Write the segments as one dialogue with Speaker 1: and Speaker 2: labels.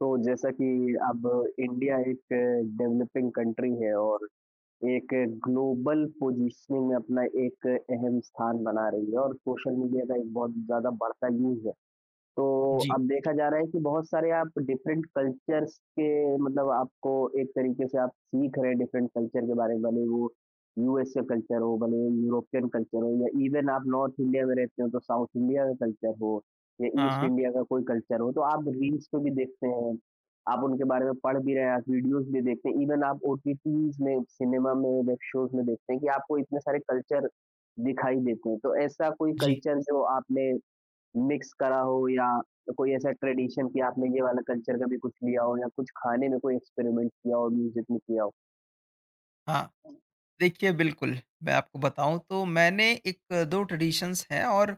Speaker 1: तो जैसा कि अब इंडिया एक डेवलपिंग कंट्री है और एक ग्लोबल पोजीशनिंग में अपना एक अहम स्थान बना रही है और सोशल मीडिया का एक बहुत ज़्यादा बढ़ता यूज़ है। तो
Speaker 2: जी।
Speaker 1: अब देखा जा रहा है कि बहुत सारे आप डिफरेंट कल्चर्स के मतलब आपको एक तरीके से आप सीख रहे हैं डिफरेंट कल्चर के बारे में, भले वो यूएस का कल्चर हो, भले यूरोपियन कल्चर हो या इवन आप नॉर्थ इंडिया में रहते हो तो साउथ इंडिया का कल्चर हो या ईस्ट
Speaker 2: हाँ।
Speaker 1: इंडिया का कोई कल्चर हो, तो आप रील्स पे भी देखते हैं, आप उनके बारे में पढ़ भी रहे हैं, आप वीडियोज़ भी देखते हैं, इवन आप ओटीटीज़ में, सिनेमा में, वेब शोज़ में देखते हैं कि आपको इतने सारे कल्चर दिखाई देते हैं। तो ऐसा कोई
Speaker 2: जी।
Speaker 1: कल्चर जो आपने मिक्स करा हो या कोई ऐसा ट्रेडिशन कि आपने ये वाला कल्चर का भी कुछ लिया हो या कुछ खाने में कोई एक्सपेरिमेंट किया हो म्यूजिक में किया हो?
Speaker 2: हाँ। देखिए बिल्कुल, मैं आपको बताऊँ तो मैंने एक 2 ट्रेडिशंस हैं और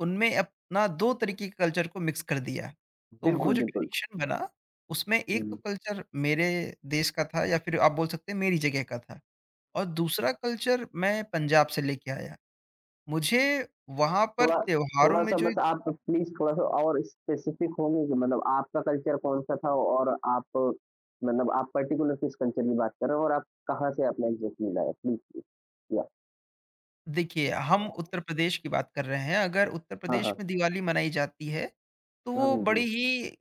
Speaker 2: उनमें अपना 2 तरीके के कल्चर को मिक्स कर दिया। तो वो
Speaker 1: बिल्कुल,
Speaker 2: जो
Speaker 1: बिल्कुल।
Speaker 2: ट्रेडिशन बना उसमें एक तो
Speaker 1: हुँ,
Speaker 2: कल्चर मेरे देश का था या फिर आप बोल सकते हैं मेरी जगह का था और दूसरा कल्चर मैं पंजाब से लेके आया। मुझे वहाँ पर
Speaker 1: थोड़ा
Speaker 2: त्योहारों में
Speaker 1: थोड़ा-सा
Speaker 2: जो
Speaker 1: बस आप प्लीज़ थोड़ा-सा और स्पेसिफिक होंगे कि मतलब आपका कल्चर कौन-सा था और आप मतलब आप पर्टिकुलर किस कल्चर की बात कर रहे हो और आप कहाँ से अपना एग्ज़ैक्टली लाए? Please, please. या
Speaker 2: देखिए, हम उत्तर प्रदेश की बात कर रहे हैं, अगर उत्तर
Speaker 1: हाँ,
Speaker 2: प्रदेश
Speaker 1: हाँ।
Speaker 2: में दिवाली मनाई जाती है, तो
Speaker 1: हुँ,
Speaker 2: वो
Speaker 1: हुँ, हुँ।
Speaker 2: बड़ी ही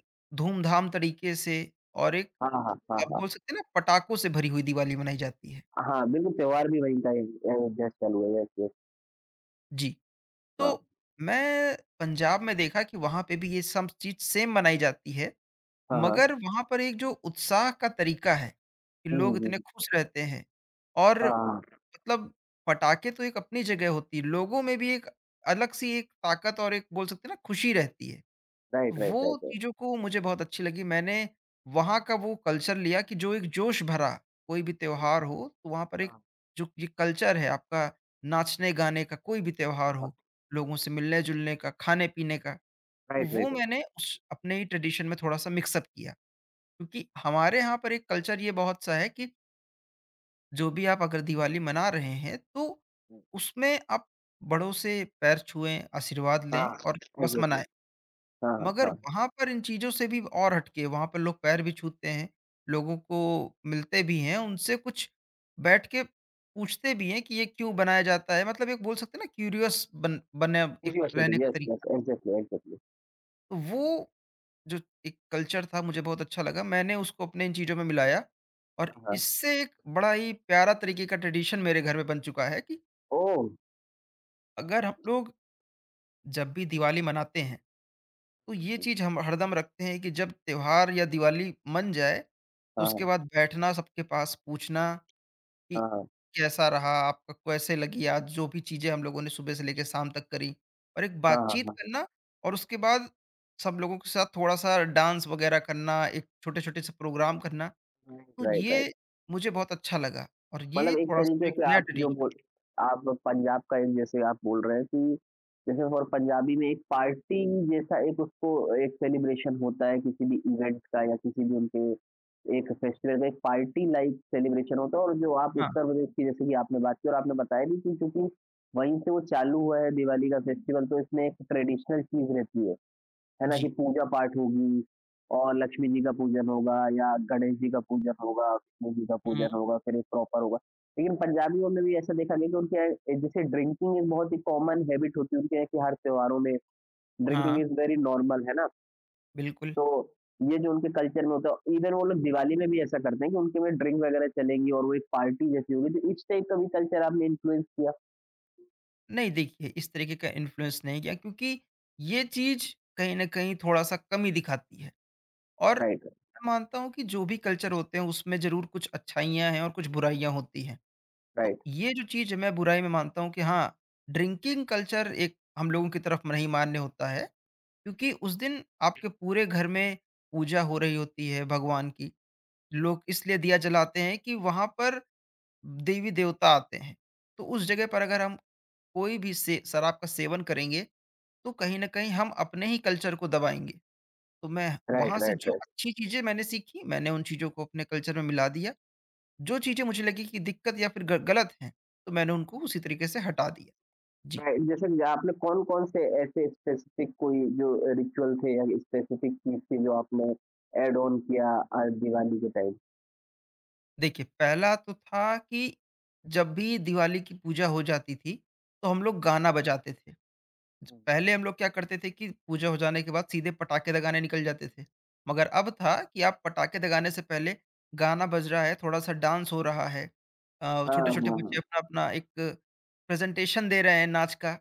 Speaker 2: धूमधाम तरीके से और एक
Speaker 1: हाँ, हाँ, हाँ,
Speaker 2: आप
Speaker 1: हाँ।
Speaker 2: बोल सकते हैं ना पटाखों से भरी हुई दिवाली मनाई जाती है।
Speaker 1: हाँ, बिल्कुल त्योहार भी वहीं का ही जस्ट चालू है। Yes, yes.
Speaker 2: जी,
Speaker 1: हाँ।
Speaker 2: तो मैं पंजाब में देखा कि वहाँ पे भी ये सब चीज़ सेम मनाई जाती है,
Speaker 1: हाँ, हाँ।
Speaker 2: मगर वहाँ पर एक जो उत्साह का तरीका है, कि
Speaker 1: हुँ,
Speaker 2: लोग
Speaker 1: हुँ,
Speaker 2: इतने
Speaker 1: हुँ।
Speaker 2: खुश रहते हैं और
Speaker 1: हाँ, हाँ।
Speaker 2: मतलब पटाखे तो एक अपनी जगह होती है, लोगों में भी एक अलग-सी एक ताकत और एक बोल सकते हैं ना खुशी रहती है।
Speaker 1: Right, right,
Speaker 2: वो
Speaker 1: right, right.
Speaker 2: चीज़ों को मुझे बहुत अच्छी लगी। मैंने वहाँ का वो कल्चर लिया कि जो एक जोश भरा, कोई भी
Speaker 1: Hmm.
Speaker 2: त्योहार हो, तो वहाँ पर एक
Speaker 1: Huh,
Speaker 2: जो ये कल्चर है आपका नाचने-गाने का, कोई भी त्योहार
Speaker 1: huh.
Speaker 2: हो, लोगों से मिलने-जुलने का, खाने-पीने का, तो
Speaker 1: Right, right,
Speaker 2: वो
Speaker 1: right.
Speaker 2: मैंने उस अपने ही ट्रेडिशन में थोड़ा-सा मिक्स अप किया। क्योंकि हमारे यहाँ पर एक कल्चर ये बहुत सा है कि जो भी आप अगर दिवाली मना रहे हैं, तो
Speaker 1: Hmm.
Speaker 2: उसमें आप बड़ों से पैर छुएँ, आशीर्वाद लें
Speaker 1: Ah.
Speaker 2: और बस मनाएँ।
Speaker 1: Exactly. Ah.
Speaker 2: मगर
Speaker 1: Ah.
Speaker 2: वहाँ पर इन चीज़ों से भी और हटके, वहाँ पर लोग पैर भी छूते हैं, लोगों को मिलते भी हैं, उनसे कुछ बैठ के पूछते भी हैं कि ये क्यों बनाया जाता है? मतलब एक बोल सकते हैं ना क्यूरियस बन बने
Speaker 1: If
Speaker 2: एक
Speaker 1: you are
Speaker 2: रहने
Speaker 1: studying,
Speaker 2: का
Speaker 1: yes, yes,
Speaker 2: तरीका।
Speaker 1: exactly, exactly.
Speaker 2: तो वो जो एक कल्चर था मुझे बहुत अच्छा लगा, मैंने उसको अपने इन चीज़ों में मिलाया और
Speaker 1: Hmm. Uh-huh.
Speaker 2: इससे एक बड़ा ही प्यारा तरीके का ट्रेडिशन मेरे घर में बन चुका है कि
Speaker 1: Oh,
Speaker 2: अगर हम लोग जब भी दिवाली मनाते हैं तो ये
Speaker 1: hmm.
Speaker 2: चीज़ हम हरदम रखते हैं कि जब त्योहार या दिवाली मन जाए, तो
Speaker 1: Ah.
Speaker 2: उसके बाद बैठना सबके पास पूछना कि
Speaker 1: Ah.
Speaker 2: कैसा रहा, आपका कैसे लगी आज जो भी चीज़ें हम लोगों ने सुबह से लेके शाम तक करी और एक
Speaker 1: Ah.
Speaker 2: बातचीत
Speaker 1: Huh.
Speaker 2: करना और उसके बाद सब लोगों के साथ थोड़ा-सा डांस वगैरह करना, एक छोटे-छोटे से प्रोग्राम करना,
Speaker 1: Hmm.
Speaker 2: तो
Speaker 1: Right, right.
Speaker 2: ये मुझे बहुत अच्छा लगा और ये
Speaker 1: मतलब एक
Speaker 2: थोड़ा-सा
Speaker 1: तरीके
Speaker 2: एक
Speaker 1: से
Speaker 2: नया
Speaker 1: आप जो बोल
Speaker 2: ट्रेडिशन।
Speaker 1: आप पंजाब का एक जैसे आप बोल रहे हैं कि जैसे फॉर पंजाबी में एक पार्टी जैसा एक उसको एक सेलिब्रेशन होता है किसी भी इवेंट का या किसी भी उनके एक फेस्टिवल का एक पार्टी लाइक सेलिब्रेशन होता है और जो आप
Speaker 2: हाँ,
Speaker 1: उत्तर प्रदेश की जैसे कि आपने बात की और आपने बताया भी कि क्योंकि वहीं से वो चालू हुआ है दिवाली का फेस्टिवल तो इसमें एक ट्रेडिशनल चीज़ रहती है। है ना? कि
Speaker 2: जी।
Speaker 1: पूजा पाठ होगी और लक्ष्मी जी का पूजन होगा या गणेश जी का पूजन होगा, विष्णु जी का
Speaker 2: हुँ,
Speaker 1: पूजन होगा, फिर एक प्रॉपर होगा। लेकिन पंजाबियों में भी ऐसा देखा गया कि उनके यहाँ जैसे ड्रिंकिंग एक बहुत ही कॉमन हैबिट होती है उनके यहाँ कि हर त्योहारों में ड्रिंकिंग
Speaker 2: हाँ,
Speaker 1: इज़ वेरी नॉर्मल है ना?
Speaker 2: बिल्कुल।
Speaker 1: तो ये जो उनके कल्चर में होता है इवन वो लोग दिवाली में भी ऐसा करते हैं कि उनके में ड्रिंक वगैरह चलेगी और वो एक पार्टी जैसी होगी। तो इस टाइप का भी कल्चर आपने इन्फ्लुएंस किया?
Speaker 2: नहीं देखिए, इस तरीके का इन्फ्लुएंस नहीं किया क्योंकि ये चीज़ कहीं न कहीं थोड़ा-सा कमी दिखाती है और
Speaker 1: राइट,
Speaker 2: मैं मानता हूँ कि जो भी कल्चर होते हैं उसमें ज़रूर कुछ अच्छाइयाँ हैं और कुछ बुराइयाँ होती हैं। तो
Speaker 1: राइट,
Speaker 2: ये जो चीज़ है मैं बुराई में मानता हूँ कि हाँ, ड्रिंकिंग कल्चर एक हम लोगों की तरफ नहीं मान्य होता है क्योंकि उस दिन आपके पूरे घर में पूजा हो रही होती है भगवान की। लोग इसलिए दिया जलाते हैं कि वहाँ पर देवी-देवता आते हैं। तो उस जगह पर अगर हम कोई भी से शराब का सेवन करेंगे तो कहीं न कहीं हम अपने ही कल्चर को दबाएँगे। तो मैं
Speaker 1: राइट,
Speaker 2: वहाँ से
Speaker 1: राइट, राइट,
Speaker 2: जो
Speaker 1: राइट।
Speaker 2: अच्छी चीज़ें मैंने सीखी, मैंने उन चीज़ों को अपने कल्चर में मिला दिया। जो चीज़ें मुझे लगी कि दिक्कत या फिर ग गलत हैं, तो मैंने उनको उसी तरीके से हटा दिया। जी।
Speaker 1: राइट, जैसे कि आपने कौन-कौन से ऐसे स्पेसिफिक कोई जो रिचुअल थे या स्पेसिफिक चीज़ थी जो आपने ऐड ऑन किया दिवाली के टाइम?
Speaker 2: देखिए, पहला तो था कि जब भी दिवाली की पूजा हो जाती थी, तो हम लोग गाना बजाते थे। पहले हम लोग क्या करते थे कि पूजा हो जाने के बाद सीधे पटाखे दगाने निकल जाते थे। मगर अब था कि आप पटाखे दगाने से पहले गाना बज रहा है, थोड़ा-सा डांस हो रहा है।
Speaker 1: हाँ,
Speaker 2: छोटे-छोटे
Speaker 1: हाँ,
Speaker 2: बच्चे
Speaker 1: हाँ।
Speaker 2: अपना-अपना एक प्रेज़ेंटेशन दे रहे हैं नाच का।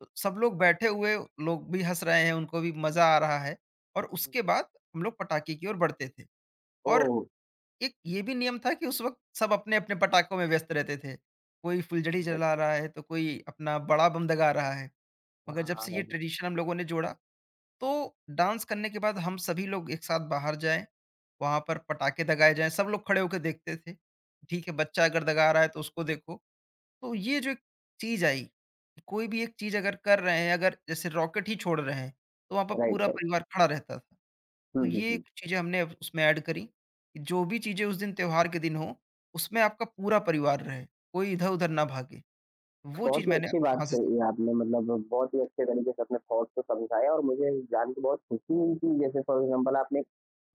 Speaker 2: तो सब लोग बैठे हुए लोग भी हँस रहे हैं, उनको भी मज़ा आ रहा है और
Speaker 1: हुँ,
Speaker 2: उसके
Speaker 1: हुँ।
Speaker 2: बाद हम लोग पटाखे की ओर बढ़ते थे। और
Speaker 1: ओह!
Speaker 2: एक ये भी नियम था कि उस वक़्त सब अपने-अपने पटाखों में व्यस्त रहते थे। कोई फुलझड़ी
Speaker 1: राइट।
Speaker 2: जला रहा है, तो कोई अपना बड़ा बम दगा रहा है। मगर जब से ये
Speaker 1: हाँ,
Speaker 2: ट्रेडिशन हम लोगों ने जोड़ा तो डांस करने के बाद हम सभी लोग एक साथ बाहर जाएं, वहां पर पटाखे दगाए जाएं, सब लोग खड़े होकर देखते थे। ठीक है, बच्चा अगर दगा रहा है तो उसको देखो। तो ये जो एक चीज आई कि कोई भी एक चीज अगर कर रहे हैं, अगर जैसे रॉकेट ही छोड़ रहे हैं, तो वहां पर पूरा
Speaker 1: राइट, राइट।
Speaker 2: परिवार खड़ा रहता था। तो
Speaker 1: हुँ, हुँ,
Speaker 2: ये
Speaker 1: हुँ।
Speaker 2: कुछ चीजें हमने अब उसमें ऐड करी कि जो भी चीजें उस दिन त्योहार के दिन हो, उसमें आपका पूरा परिवार रहे, कोई इधर उधर ना भागे। वो
Speaker 1: बहुत
Speaker 2: चीज
Speaker 1: ही
Speaker 2: मैंने
Speaker 1: अच्छी बात
Speaker 2: वहां से
Speaker 1: कही आपने मतलब बहुत ही अच्छे तरीके से अपने थॉट्स को समझाए और मुझे जान के बहुत खुशी हुई कि जैसे फॉर एग्जांपल आपने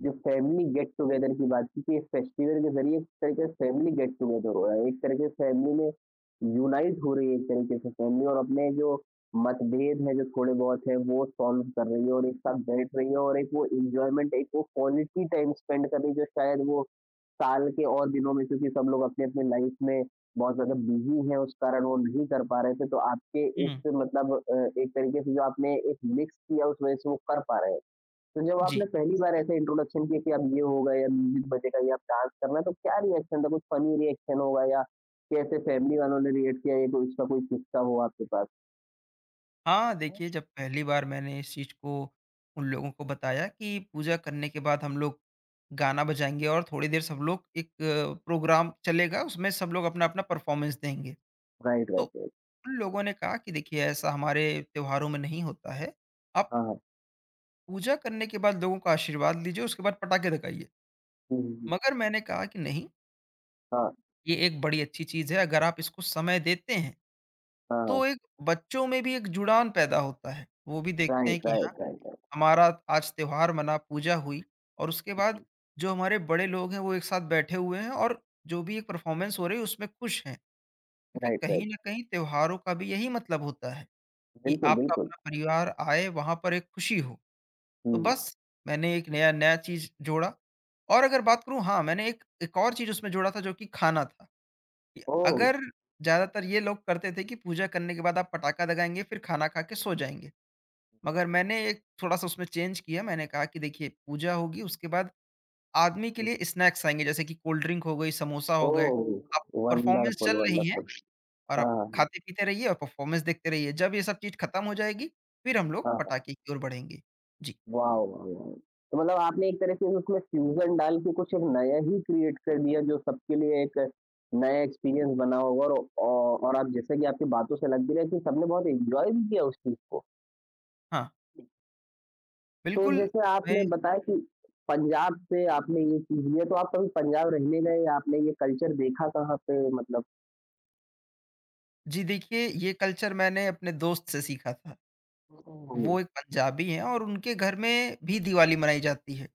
Speaker 1: जो फैमिली गेट टुगेदर की बात की कि इस फेस्टिवल के ज़रिए एक तरीके से फैमिली गेट टुगेदर हो रहा है। एक तरीके से फैमिली में यूनाइट हो रही है एक तरीके से फैमिली और अपने जो मतभेद हैं जो थोड़े बहुत हैं वो सॉल्व कर रही है और एक साथ बैठ रही है और एक वो एन्जॉयमेंट एक वो क्वालिटी टाइम स्पेंड कर रही है जो शायद वो साल के और दिनों में क्योंकि सब लोग अपने-अपने लाइफ़ में बहुत ज़्यादा बिज़ी हैं उस कारण वो नहीं कर पा रहे थे, तो आपके
Speaker 2: सीखी।
Speaker 1: इस मतलब एक तरीके से जो आपने एक मिक्स किया उस वजह से वो कर पा रहे हैं। तो जब
Speaker 2: जी
Speaker 1: आपने पहली बार ऐसे इंट्रोडक्शन किया कि अब ये होगा या म्यूज़िक बजेगा या अब डांस करना है, तो क्या रिएक्शन था? कुछ फ़नी रिएक्शन होगा या कैसे फैमिली वालों ने रिएक्ट किया या कोई उसका कोई किस्सा हो आपके पास?
Speaker 2: हाँ, देखिए जब पहली बार मैंने इस चीज़ को उन लोगों को बताया कि पूजा करने के बाद हम लोग गाना बजाएँगे और थोड़ी देर सब लोग एक प्रोग्राम चलेगा, उसमें सब लोग अपना-अपना परफ़ॉर्मेंस देंगे।
Speaker 1: राइट,
Speaker 2: तो
Speaker 1: राइट, राइट।
Speaker 2: उन लोगों ने कहा कि देखिए ऐसा हमारे त्योहारों में नहीं होता है, आप
Speaker 1: हाँ, हाँ।
Speaker 2: पूजा करने के बाद लोगों का आशीर्वाद लीजिए, उसके बाद पटाखे दगाइए।
Speaker 1: हुँ, हुँ, हुँ।
Speaker 2: मगर मैंने कहा कि नहीं,
Speaker 1: हाँ,
Speaker 2: ये एक बड़ी अच्छी चीज़ है, अगर आप इसको समय देते हैं,
Speaker 1: हाँ,
Speaker 2: तो
Speaker 1: हाँ।
Speaker 2: एक बच्चों में भी एक जुड़ान पैदा होता है। वो भी देखते हैं
Speaker 1: राइट,
Speaker 2: कि
Speaker 1: राइट,
Speaker 2: हाँ
Speaker 1: राइट, राइट।
Speaker 2: हमारा आज त्योहार मना, पूजा हुई और उसके
Speaker 1: हुँ,
Speaker 2: बाद
Speaker 1: हुँ।
Speaker 2: जो हमारे बड़े लोग हैं वो एक साथ बैठे हुए हैं और जो भी एक परफॉर्मेंस हो रही है उसमें खुश हैं। क्योंकि
Speaker 1: राइट,
Speaker 2: कहीं
Speaker 1: राइट।
Speaker 2: न कहीं त्योहारों का भी यही मतलब होता है कि
Speaker 1: बिल्कुल,
Speaker 2: आपका
Speaker 1: बिल्कुल।
Speaker 2: अपना परिवार आए, वहाँ पर एक खुशी हो। तो
Speaker 1: हुँ।
Speaker 2: बस मैंने एक नया नया चीज़ जोड़ा और अगर बात करूँ हाँ, मैंने एक एक और चीज़ उसमें जोड़ा था जो कि खाना था। कि
Speaker 1: ओह!
Speaker 2: अगर ज़्यादातर ये लोग करते थे कि पूजा करने के बाद आप पटाखा दगाएँगे फिर खाना खा के सो जाएँगे। मगर मैंने एक थोड़ा-सा उसमें चेंज किया, मैंने कहा कि देखिए पूजा होगी उसके बाद आदमी के लिए स्नैक्स आएँगे जैसे कि कोल्ड ड्रिंक हो गई, समोसा हो गए।
Speaker 1: ओह!
Speaker 2: आप परफॉर्मेंस
Speaker 1: वंडरफुल,
Speaker 2: चल रही है
Speaker 1: वंडरफुल।
Speaker 2: और
Speaker 1: हाँ,
Speaker 2: आप
Speaker 1: हाँ।
Speaker 2: खाते-पीते रहिए और परफॉर्मेंस देखते रहिए। जब ये सब चीज़ खत्म हो जाएगी, फिर हम लोग
Speaker 1: हाँ, हाँ।
Speaker 2: पटाखे की ओर बढ़ेंगे। जी,
Speaker 1: वाओ, वाओ, वाओ! तो मतलब आपने एक तरह से उसमें फ्यूज़न डाल के कुछ एक नया ही क्रिएट कर दिया जो सबके लिए एक नया एक्सपीरियंस बना होगा और औ और आप जैसा कि आपकी बातों से लग भी रहा है कि सबने बहुत एन्जॉय भी किया उस चीज़ को।
Speaker 2: हाँ,
Speaker 1: तो
Speaker 2: बिल्कुल
Speaker 1: जैसे
Speaker 2: उसमें।
Speaker 1: आपने बताया कि पंजाब से आपने ये चीज़ लिया तो आप कभी पंजाब रहने गए या आपने ये कल्चर देखा कहाँ पे मतलब?
Speaker 2: जी देखिए, ये कल्चर मैंने अपने दोस्त से सीखा था।
Speaker 1: हुँ।
Speaker 2: वो एक पंजाबी हैं और उनके घर में भी दिवाली मनाई जाती है।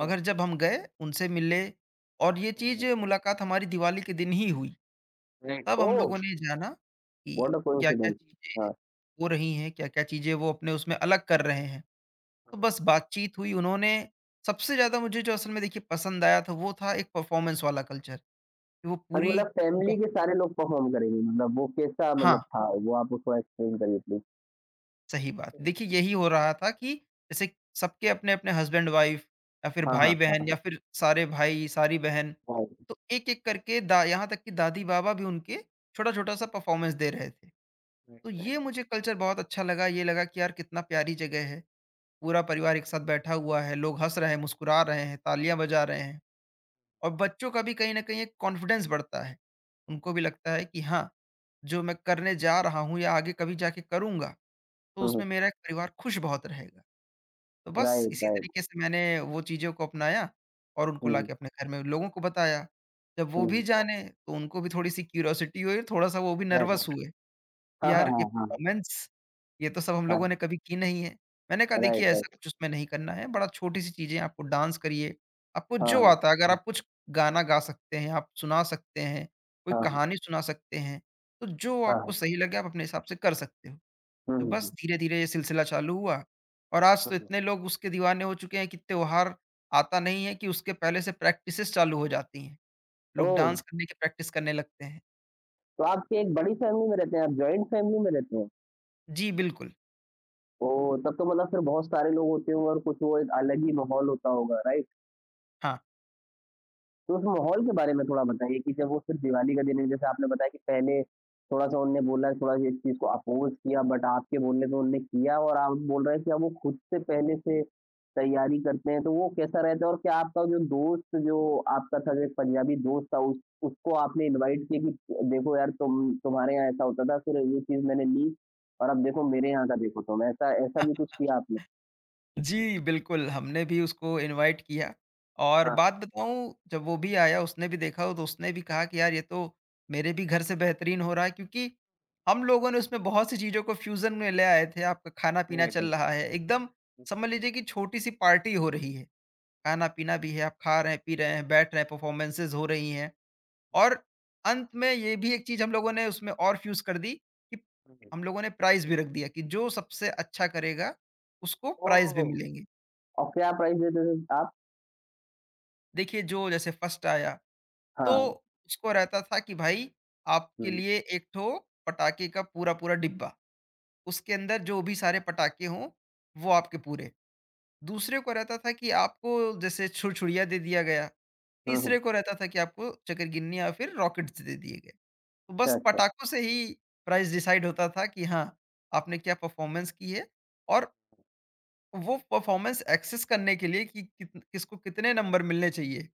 Speaker 2: मगर जब हम गए, उनसे मिले और ये चीज़
Speaker 1: ओह!
Speaker 2: मुलाकात हमारी दिवाली के दिन ही हुई।
Speaker 1: ग्रेट
Speaker 2: तब हम
Speaker 1: ओह!
Speaker 2: लोगों ने जाना
Speaker 1: व्हाट
Speaker 2: कि
Speaker 1: अ
Speaker 2: क्या-क्या
Speaker 1: कोइंसिडेंस।
Speaker 2: चीज़ें
Speaker 1: हाँ,
Speaker 2: हो रही हैं, क्या-क्या चीज़ें वो अपने उसमें अलग कर रहे हैं। तो बस बातचीत हुई, उन्होंने सबसे ज़्यादा मुझे जो असल में देखिए पसंद आया था वो था एक परफ़ॉर्मेंस वाला कल्चर, कि वो
Speaker 1: और
Speaker 2: पूरी
Speaker 1: मतलब
Speaker 2: उनका
Speaker 1: फैमिली के सारे लोग परफ़ॉर्म करेंगे मतलब वो कैसा मतलब
Speaker 2: हाँ,
Speaker 1: था? वो आप उसको एक्सप्लेन करिए प्लीज़।
Speaker 2: सही बात। देखिए यही हो रहा था कि जैसे सबके अपने-अपने हस्बैंड-वाइफ या फिर
Speaker 1: हाँ, हाँ, हाँ,
Speaker 2: भाई-बहन या फिर सारे भाई, सारी बहन,
Speaker 1: हाँ,
Speaker 2: तो एक-एक करके दा यहाँ तक कि दादी-बाबा भी उनके छोटा-छोटा सा परफ़ॉर्मेंस दे रहे थे।
Speaker 1: राइट,
Speaker 2: तो
Speaker 1: राइट,
Speaker 2: ये मुझे कल्चर बहुत अच्छा लगा, ये लगा कि यार कितना प्यारी जगह है। पूरा परिवार एक साथ बैठा हुआ है, लोग हँस रहे हैं, मुस्कुरा रहे हैं, तालियाँ बजा रहे हैं और बच्चों का भी कहीं न कहीं एक कॉन्फिडेंस बढ़ता है। उनको भी लगता है कि हाँ, जो मैं करने जा रहा हूँ या आगे कभी जाके करूँगा, तो
Speaker 1: राइट। हुँ,
Speaker 2: उसमें
Speaker 1: हुँ,
Speaker 2: मेरा एक परिवार खुश बहुत रहेगा। तो बस
Speaker 1: राइट,
Speaker 2: इसी तरीके
Speaker 1: राइट।
Speaker 2: से मैंने वो चीज़ों को अपनाया और उनको
Speaker 1: हुँ,
Speaker 2: लाके अपने घर में लोगों को बताया। जब वो
Speaker 1: हुँ,
Speaker 2: भी
Speaker 1: हुँ,
Speaker 2: जाने, तो उनको भी थोड़ी-सी क्यूरियोसिटी हुई, थोड़ा-सा वो भी
Speaker 1: हुँ, राइट,
Speaker 2: नर्वस
Speaker 1: राइट।
Speaker 2: हुए।
Speaker 1: हाँ, हाँ,
Speaker 2: यार ये
Speaker 1: हाँ, हाँ,
Speaker 2: परफॉर्मेंस, ये तो सब हम
Speaker 1: हाँ,
Speaker 2: लोगों ने कभी की नहीं है। मैंने कहा
Speaker 1: राइट,
Speaker 2: देखिए ऐसा
Speaker 1: राइट।
Speaker 2: कुछ उसमें नहीं करना है, बड़ा छोटी-सी चीज़ें आपको डांस करिए, आपको
Speaker 1: हाँ,
Speaker 2: जो
Speaker 1: हाँ,
Speaker 2: आता है अगर आप कुछ गाना गा सकते हैं, आप सुना सकते हैं, कोई
Speaker 1: हाँ, हाँ,
Speaker 2: कहानी सुना सकते हैं, तो जो
Speaker 1: हाँ,
Speaker 2: आपको
Speaker 1: हाँ।
Speaker 2: सही लगे आप अपने हिसाब से कर सकते हो।
Speaker 1: हुँ,
Speaker 2: तो
Speaker 1: हुँ,
Speaker 2: बस
Speaker 1: हुँ,
Speaker 2: धीरे-धीरे ये सिलसिला चालू हुआ और आज तो
Speaker 1: हुँ, हुँ।
Speaker 2: इतने लोग उसके दीवाने हो चुके हैं कि त्योहार आता नहीं है कि उसके पहले से प्रैक्टिसेज़ चालू हो जाती हैं। लोग
Speaker 1: ओह!
Speaker 2: डांस करने की प्रैक्टिस करने लगते हैं।
Speaker 1: तो आपकी एक बड़ी फैमिली में रहते हैं आप, जॉइंट फैमिली में रहते हैं?
Speaker 2: जी, बिल्कुल।
Speaker 1: ओह! तब तो मतलब फिर बहुत सारे लोग होते होंगे और कुछ वो एक अलग ही माहौल होता होगा, राइट?
Speaker 2: हाँ।
Speaker 1: तो उस माहौल के बारे में थोड़ा बताइए कि जब वो सिर्फ़ दिवाली का दिन है, जैसे आपने बताया कि पहले थोड़ा-सा उनने बोला, थोड़ा सा इस चीज़ को अपोज़ किया बट आपके बोलने पे उनने किया और आप बोल रहे हैं कि अब वो खुद से पहले से तैयारी करते हैं, तो वो कैसा रहता है? और क्या आपका जो दोस्त जो आपका था, जो एक पंजाबी दोस्त था, उस उसको आपने इनवाइट किया कि देखो यार तुम तुम्हारे यहाँ ऐसा होता था, फिर ये चीज़ मैंने ली और अब देखो मेरे यहाँ का देखो तुम, ऐसा ऐसा भी कुछ किया आपने?
Speaker 2: जी, बिल्कुल, हमने भी उसको इनवाइट किया और बात बताऊँ जब वो भी आया उसने भी देखा तो उसने भी कहा कि यार ये तो मेरे भी घर से बेहतरीन हो रहा है क्योंकि हम लोगों ने उसमें बहुत सी चीज़ों को फ्यूज़न में ले आए थे। आपका खाना-पीना चल रहा है, एकदम समझ लीजिए कि छोटी-सी पार्टी हो रही है। खाना-पीना भी है, आप खा रहे हैं, पी रहे हैं, बैठ रहे हैं, परफ़ॉर्मेंसेज़ हो रही हैं और अंत में ये भी एक चीज़ हम लोगों ने उसमें और फ्यूज़ कर दी कि
Speaker 1: हुँ,
Speaker 2: हम लोगों ने प्राइज़ भी रख दिया कि जो सबसे अच्छा करेगा उसको
Speaker 1: ओह!
Speaker 2: प्राइज़ भी मिलेंगे।
Speaker 1: और क्या प्राइस देते थे आप?
Speaker 2: देखिए जो जैसे फर्स्ट आया तो
Speaker 1: हाँ,
Speaker 2: उसको रहता था कि भाई आपके
Speaker 1: हुँ,
Speaker 2: लिए एक ठो पटाखे का पूरा पूरा डिब्बा, उसके अंदर जो भी सारे पटाखे हों वो आपके पूरे। दूसरे को रहता था कि आपको जैसे छुरछुरिया दे दिया गया।
Speaker 1: हुँ, हुँ,
Speaker 2: तीसरे को रहता था कि आपको चकरगिन्नी या फिर रॉकेट्स दे दिए गए। तो
Speaker 1: अच्छा,
Speaker 2: बस
Speaker 1: अच्छा।
Speaker 2: पटाखों से ही प्राइस डिसाइड होता था कि हाँ आपने क्या परफॉर्मेंस की है। और वो परफॉर्मेंस एक्सेस करने के लिए कि किसको कितने नंबर मिलने चाहिए,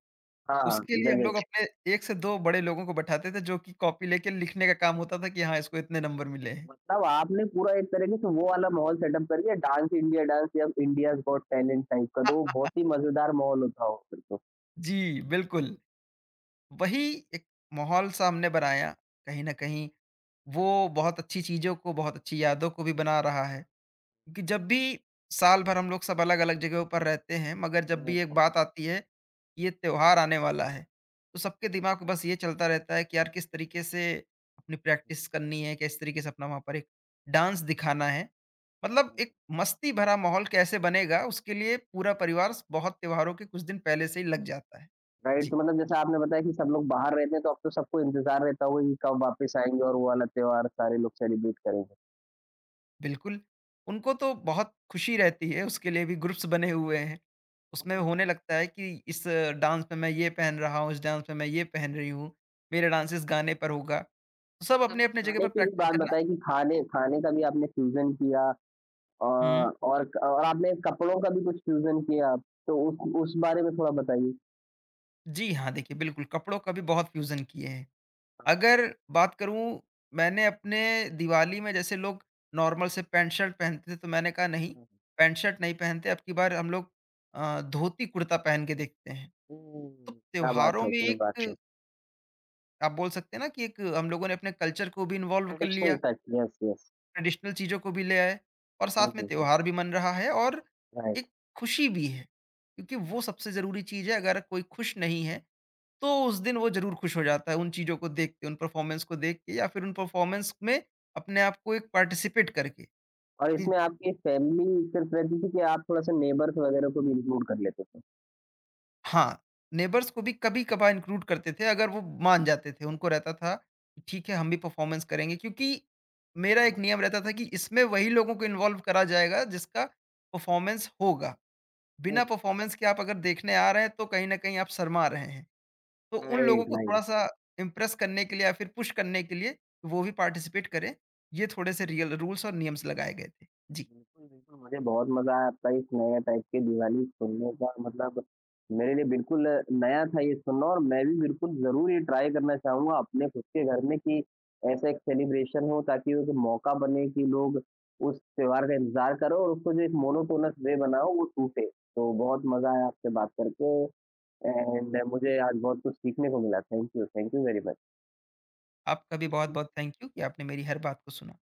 Speaker 1: हाँ,
Speaker 2: उसके लिए हम लोग
Speaker 1: गजब!
Speaker 2: अपने 1 से 2 बड़े लोगों को बैठाते थे जो कि कॉपी लेके लिखने का काम होता था कि हाँ, इसको इतने नंबर मिले हैं।
Speaker 1: मतलब आपने पूरा एक तरीके से वो वाला माहौल सेटअप कर दिया डांस इंडिया डांस या इंडियाज़ गॉट टैलेंट टाइप का, तो वो बहुत ही मज़ेदार माहौल होता होगा फिर तो,
Speaker 2: जी, बिल्कुल। वही एक माहौल-सा हमने बनाया, कहीं न कहीं वो बहुत अच्छी चीज़ों को, बहुत अच्छी यादों को भी बना रहा है। कि जब भी साल भर हम लोग सब अलग-अलग जगहों पर रहते हैं, मगर जब भी एक बात आती है, ये त्योहार आने वाला है, तो सबके दिमाग में बस ये चलता रहता है कि यार किस तरीके से अपनी प्रैक्टिस करनी है, किस तरीके से अपना वहाँ पर एक डांस दिखाना है। मतलब एक मस्ती भरा माहौल कैसे बनेगा, उसके लिए पूरा परिवार स बहुत त्योहारों के कुछ दिन पहले से ही लग जाता है।
Speaker 1: राइट?
Speaker 2: जी,
Speaker 1: तो मतलब जैसे आपने बताया कि सब लोग बाहर रहते हैं, तो अब तो सबको इंतज़ार रहता होगा कि कब वापस आएँगे और वो वाला त्योहार सारे लोग सेलिब्रेट करेंगे।
Speaker 2: बिल्कुल। उनको तो बहुत खुशी रहती है, उसके लिए भी ग्रुप्स बने हुए हैं। उसमें
Speaker 1: हुँ,
Speaker 2: होने लगता है कि इस डांस में मैं ये पहन रहा हूँ, इस डांस में मैं ये पहन रही हूँ, मेरा डांस इस गाने पर होगा। तो सब
Speaker 1: आपने
Speaker 2: अपने-अपने जगह
Speaker 1: खाने
Speaker 2: पर
Speaker 1: की भी
Speaker 2: प्रैक्टिस
Speaker 1: बात
Speaker 2: करना।
Speaker 1: बताई कि खाने खाने का भी आपने फ्यूज़न किया अ,
Speaker 2: हुँ।
Speaker 1: और आपने कपड़ों का भी कुछ फ्यूज़न किया, तो उस बारे में थोड़ा बताइए?
Speaker 2: जी हाँ, देखिए बिल्कुल, कपड़ों का भी बहुत फ्यूज़न किए हैं। अगर बात करूँ, मैंने अपने दिवाली में जैसे लोग नॉर्मल से पैंट शर्ट पहनते थे, तो मैंने कहा नहीं,
Speaker 1: हुँ,
Speaker 2: पैंट शर्ट नहीं पहनते, अब की बार हम लोग धोती कुर्ता पहन के देखते हैं। तो
Speaker 1: हुँ, क्या बात
Speaker 2: त्योहारों
Speaker 1: है!
Speaker 2: में
Speaker 1: क्या बात है!
Speaker 2: एक आप बोल सकते हैं ना कि एक हम लोगों ने अपने कल्चर को भी इन्वॉल्व कर
Speaker 1: ट्रेडिशनल
Speaker 2: लिया।
Speaker 1: Touch, yes, yes.
Speaker 2: ट्रेडिशनल चीज़ों को भी ले आए और
Speaker 1: हुँ,
Speaker 2: साथ में
Speaker 1: हुँ, हुँ,
Speaker 2: त्योहार भी मन रहा है और
Speaker 1: राइट
Speaker 2: एक खुशी भी है क्योंकि वो सबसे ज़रूरी चीज़ है, अगर कोई खुश नहीं है तो उस दिन वो ज़रूर खुश हो जाता है उन चीज़ों को देख के, उन परफॉर्मेंस को देख के या फिर उन परफॉर्मेंस में अपने आप को एक पार्टिसिपेट करके
Speaker 1: और
Speaker 2: कि
Speaker 1: इसमें आपकी फैमिली सिर्फ़ रहती थी कि आप थोड़ा-सा नेबर्स वगैरह को भी इंक्लूड कर लेते थे?
Speaker 2: हाँ। नेबर्स को भी कभी कभार इंक्लूड करते थे, अगर वो मान जाते थे उनको रहता था कि ठीक है हम भी परफॉर्मेंस करेंगे, क्योंकि मेरा
Speaker 1: हाँ,
Speaker 2: एक
Speaker 1: हाँ।
Speaker 2: नियम रहता था कि इसमें वही लोगों को इन्वॉल्व करा जाएगा जिसका परफॉर्मेंस होगा।
Speaker 1: हुँ,
Speaker 2: बिना
Speaker 1: हुँ।
Speaker 2: परफॉर्मेंस के आप अगर देखने आ रहे हैं तो कहीं न कहीं आप शर्मा रहे हैं। तो उन लोगों
Speaker 1: राइट,
Speaker 2: को
Speaker 1: राइट।
Speaker 2: थोड़ा-सा इम्प्रेस करने के लिए या फिर पुश करने के लिए वो भी पार्टिसिपेट करें, ये थोड़े से रियल रूल्स और नियम्स लगाए गए थे। जी,
Speaker 1: बिल्कुल, बिल्कुल, मुझे बहुत मज़ा आया आपका इस नए टाइप की दिवाली सुनने का मतलब मेरे लिए बिल्कुल नया था ये सुनना और मैं भी बिल्कुल ज़रूर ये ट्राई करना चाहूँगा अपने खुद के घर में कि ऐसा एक सेलिब्रेशन हो ताकि एक मौका बने कि लोग उस त्योहार का इंतज़ार करो और उसको जो एक मोनोटोनस वे बना हो वो टूटे। तो बहुत मज़ा आया आपसे बात करके एंड मुझे आज बहुत कुछ सीखने को मिला। Thank you very much. Thank
Speaker 2: आपका भी बहुत-बहुत थैंक यू कि आपने मेरी हर बात को सुना।